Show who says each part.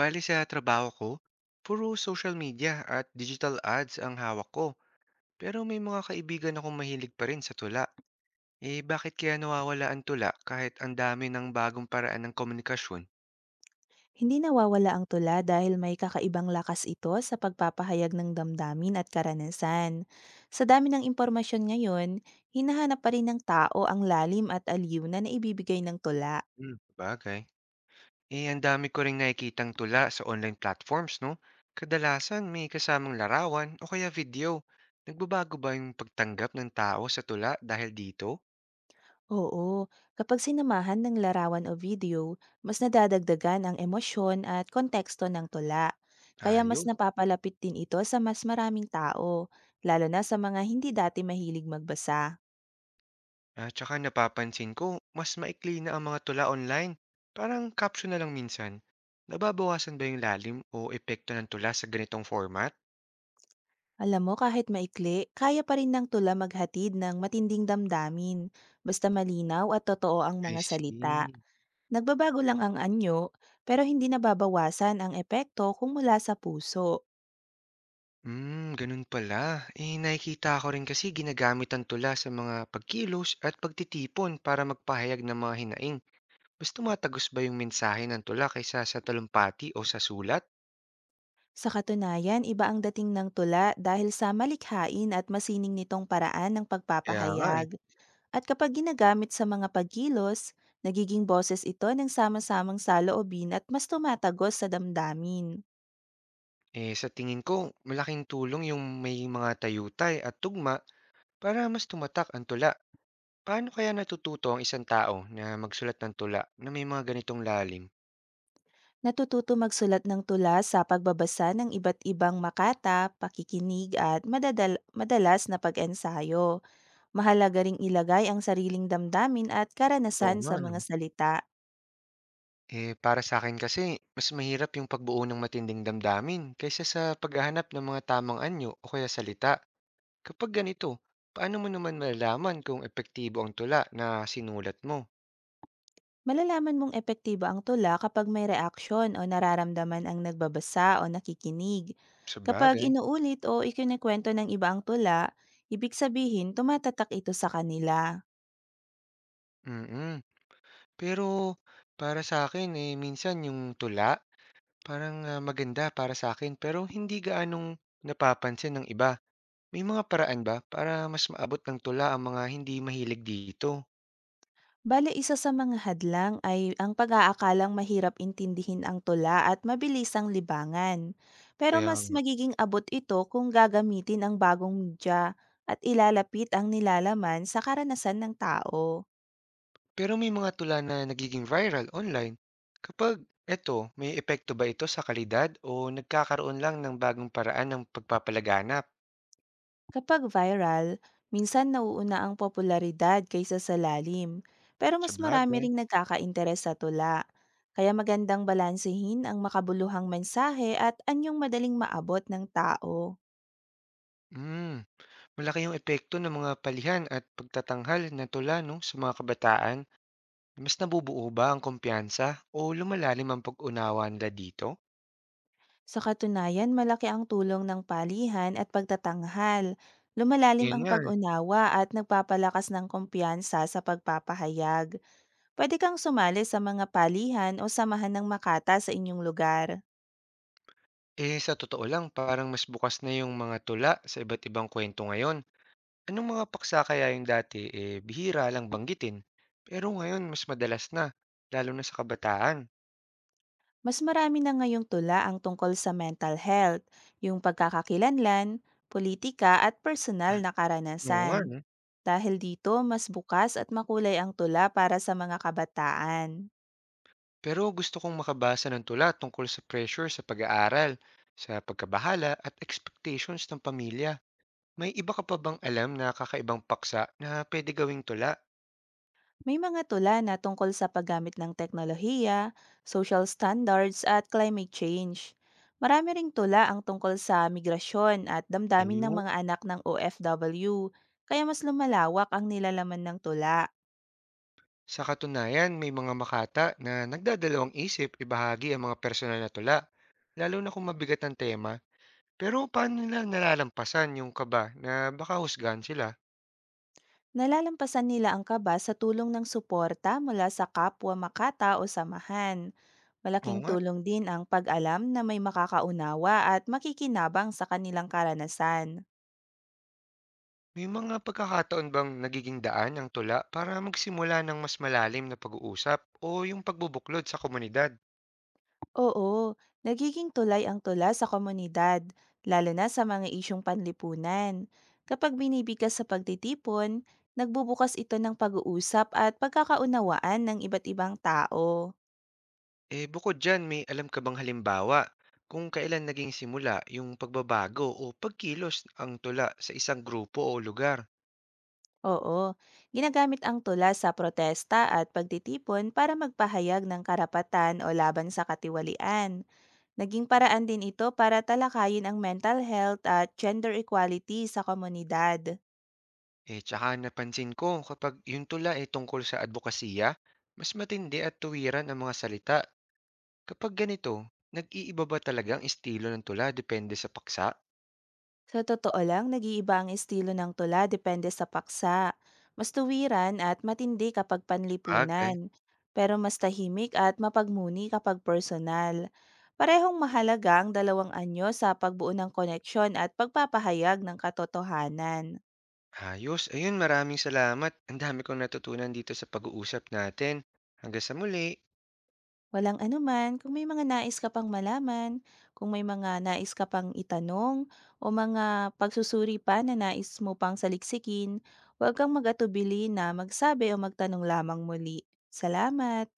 Speaker 1: Bali sa trabaho ko, puro social media at digital ads ang hawak ko. Pero may mga kaibigan akong mahilig pa rin sa tula. Eh bakit kaya nawawala ang tula kahit ang dami ng bagong paraan ng komunikasyon?
Speaker 2: Hindi nawawala ang tula dahil may kakaibang lakas ito sa pagpapahayag ng damdamin at karanasan. Sa dami ng impormasyon ngayon, hinahanap pa rin ng tao ang lalim at aliw na naibibigay ng tula.
Speaker 1: Hmm, bagay. Eh ang dami ko rin nakikitang tula sa online platforms, no? Kadalasan may kasamang larawan o kaya video. Nagbabago ba yung pagtanggap ng tao sa tula dahil dito?
Speaker 2: Oo, kapag sinamahan ng larawan o video, mas nadadagdagan ang emosyon at konteksto ng tula. Kaya mas
Speaker 1: Ayos.
Speaker 2: napapalapit din ito sa mas maraming tao, lalo na sa mga hindi dati mahilig magbasa.
Speaker 1: At saka napapansin ko, mas maikli na ang mga tula online. Parang caption na lang minsan. Nababawasan ba yung lalim o epekto ng tula sa ganitong format?
Speaker 2: Alam mo, kahit maikli, kaya pa rin ng tula maghatid ng matinding damdamin, basta malinaw at totoo ang
Speaker 1: I
Speaker 2: mga salita.
Speaker 1: see.
Speaker 2: Nagbabago lang ang anyo, pero hindi nababawasan ang epekto kung mula sa puso.
Speaker 1: Hmm, ganun pala. Eh, nakikita ko rin kasi ginagamit ang tula sa mga pagkilos at pagtitipon para magpahayag ng mga hinaing. Mas tumatagos ba yung mensahe ng tula kaysa sa talumpati o sa sulat?
Speaker 2: Sa katunayan, iba ang dating ng tula dahil sa malikhain at masining nitong paraan ng
Speaker 1: Kaya nga eh.
Speaker 2: pagpapahayag. At kapag ginagamit sa mga pagkilos, nagiging boses ito ng sama-samang saloobin at mas tumatagos sa damdamin.
Speaker 1: Eh, sa tingin ko, malaking tulong yung may mga tayutay at tugma para mas tumatak ang tula. Paano kaya natututo ang isang tao na magsulat ng tula na may mga ganitong lalim?
Speaker 2: Natututo magsulat ng tula sa pagbabasa ng iba't ibang makata, pakikinig at madalas na pag-ensayo. Mahalaga ring ilagay ang sariling damdamin at
Speaker 1: Oo
Speaker 2: karanasan
Speaker 1: nga,
Speaker 2: sa
Speaker 1: no?
Speaker 2: mga salita.
Speaker 1: Eh, para sa akin kasi, mas mahirap yung pagbuo ng matinding damdamin kaysa sa paghahanap ng mga tamang anyo o kaya salita. Kapag ganito, paano mo naman malalaman kung epektibo ang tula na sinulat mo?
Speaker 2: Malalaman mong epektibo ang tula kapag may reaksyon o nararamdaman ang nagbabasa o nakikinig.
Speaker 1: Sa
Speaker 2: Kapag
Speaker 1: bagay.
Speaker 2: inuulit o ikinikwento ng iba ang tula, ibig sabihin tumatatak ito sa kanila.
Speaker 1: mm Pero para sa akin, eh, minsan yung tula, parang maganda para sa akin pero hindi gaanong napapansin ng iba. May mga paraan ba para mas maabot ng tula ang mga hindi mahilig dito?
Speaker 2: Bale isa sa mga hadlang ay ang pag-aakalang mahirap intindihin ang tula at mabilis ang libangan. Pero
Speaker 1: Kaya
Speaker 2: mas
Speaker 1: nga.
Speaker 2: magiging abot ito kung gagamitin ang bagong media at ilalapit ang nilalaman sa karanasan ng tao.
Speaker 1: Pero may mga tula na nagiging viral online. Kapag eto, may epekto ba ito sa kalidad o nagkakaroon lang ng bagong paraan ng pagpapalaganap?
Speaker 2: Kapag viral, minsan nauuna ang popularidad kaysa sa lalim, pero
Speaker 1: Sa
Speaker 2: mas marami
Speaker 1: bagay.
Speaker 2: ring nagkakainteres sa tula. Kaya magandang balansehin ang makabuluhang mensahe at anyong madaling maabot ng tao.
Speaker 1: Mm, malaki yung epekto ng mga palihan at pagtatanghal na tula, no, sa mga kabataan. Mas nabubuo ba ang kumpiyansa o lumalalim ang pag-unawa nila dito?
Speaker 2: Sa katunayan, malaki ang tulong ng palihan at pagtatanghal. Lumalalim
Speaker 1: Yun
Speaker 2: ang
Speaker 1: nga.
Speaker 2: pag-unawa at nagpapalakas ng kumpiyansa sa pagpapahayag. Pwede kang sumali sa mga palihan o samahan ng makata sa inyong lugar.
Speaker 1: Eh, sa totoo lang, parang mas bukas na yung mga tula sa iba't ibang kwento ngayon. Anong mga paksa kaya yung dati, eh, bihira lang banggitin. Pero ngayon, mas madalas na, lalo na sa kabataan.
Speaker 2: Mas marami na ngayong tula ang tungkol sa mental health, yung pagkakakilanlan, politika at personal na
Speaker 1: Oo
Speaker 2: karanasan.
Speaker 1: nga, no?
Speaker 2: Dahil dito, mas bukas at makulay ang tula para sa mga kabataan.
Speaker 1: Pero gusto kong makabasa ng tula tungkol sa pressure sa pag-aaral, sa pagkabahala at expectations ng pamilya. May iba ka pa bang alam na kakaibang paksa na pwede gawing tula?
Speaker 2: May mga tula na tungkol sa paggamit ng teknolohiya, social standards at climate change. Marami ring tula ang tungkol sa migrasyon at damdamin ng
Speaker 1: Ayun.
Speaker 2: mga anak ng OFW, kaya mas lumalawak ang nilalaman ng tula.
Speaker 1: Sa katunayan, may mga makata na nagdadalawang isip ibahagi ang mga personal na tula. Lalo na kung mabigat ang tema. Pero paano nila nalalampasan yung kaba na baka husgahan sila?
Speaker 2: Nalalampasan nila ang kaba sa tulong ng suporta mula sa kapwa makata o samahan.
Speaker 1: Oo
Speaker 2: Malaking
Speaker 1: nga.
Speaker 2: tulong din ang pag-alam na may makakaunawa at makikinabang sa kanilang karanasan.
Speaker 1: May mga pagkakataon bang nagiging daan ang tula para magsimula ng mas malalim na pag-uusap o yung pagbubuklod sa komunidad?
Speaker 2: Oo, nagiging tulay ang tula sa komunidad, lalo na sa mga isyong panlipunan. Kapag binibigkas sa pagtitipon, nagbubukas ito ng pag-uusap at pagkakaunawaan ng iba't ibang tao.
Speaker 1: Eh bukod dyan, may alam ka bang halimbawa kung kailan naging simula yung pagbabago o pagkilos ang tula sa isang grupo o lugar?
Speaker 2: Oo, ginagamit ang tula sa protesta at pagtitipon para magpahayag ng karapatan o laban sa katiwalian. Naging paraan din ito para talakayin ang mental health at gender equality sa komunidad.
Speaker 1: Eh tsaka napansin ko kapag yung tula ay tungkol sa advokasya, mas matindi at tuwiran ang mga salita. Kapag ganito, nag-iiba ba talaga ang estilo ng tula depende sa paksa?
Speaker 2: Sa totoo lang, nag-iiba ang estilo ng tula depende sa paksa. Mas tuwiran at matindi kapag
Speaker 1: Sabagay,
Speaker 2: panlipunan, pero mas tahimik at mapagmuni kapag personal. Parehong mahalaga ang dalawang anyo sa pagbuo ng koneksyon at pagpapahayag ng katotohanan.
Speaker 1: ayos. Ayun, maraming salamat. Ang dami kong natutunan dito sa pag-uusap natin. Hanggang sa muli.
Speaker 2: Walang anuman, kung may mga nais ka pang malaman, kung may mga nais ka pang itanong, o mga pagsusuri pa na nais mo pang saliksikin, huwag kang mag-atubili na magsabi o magtanong lamang muli. Salamat!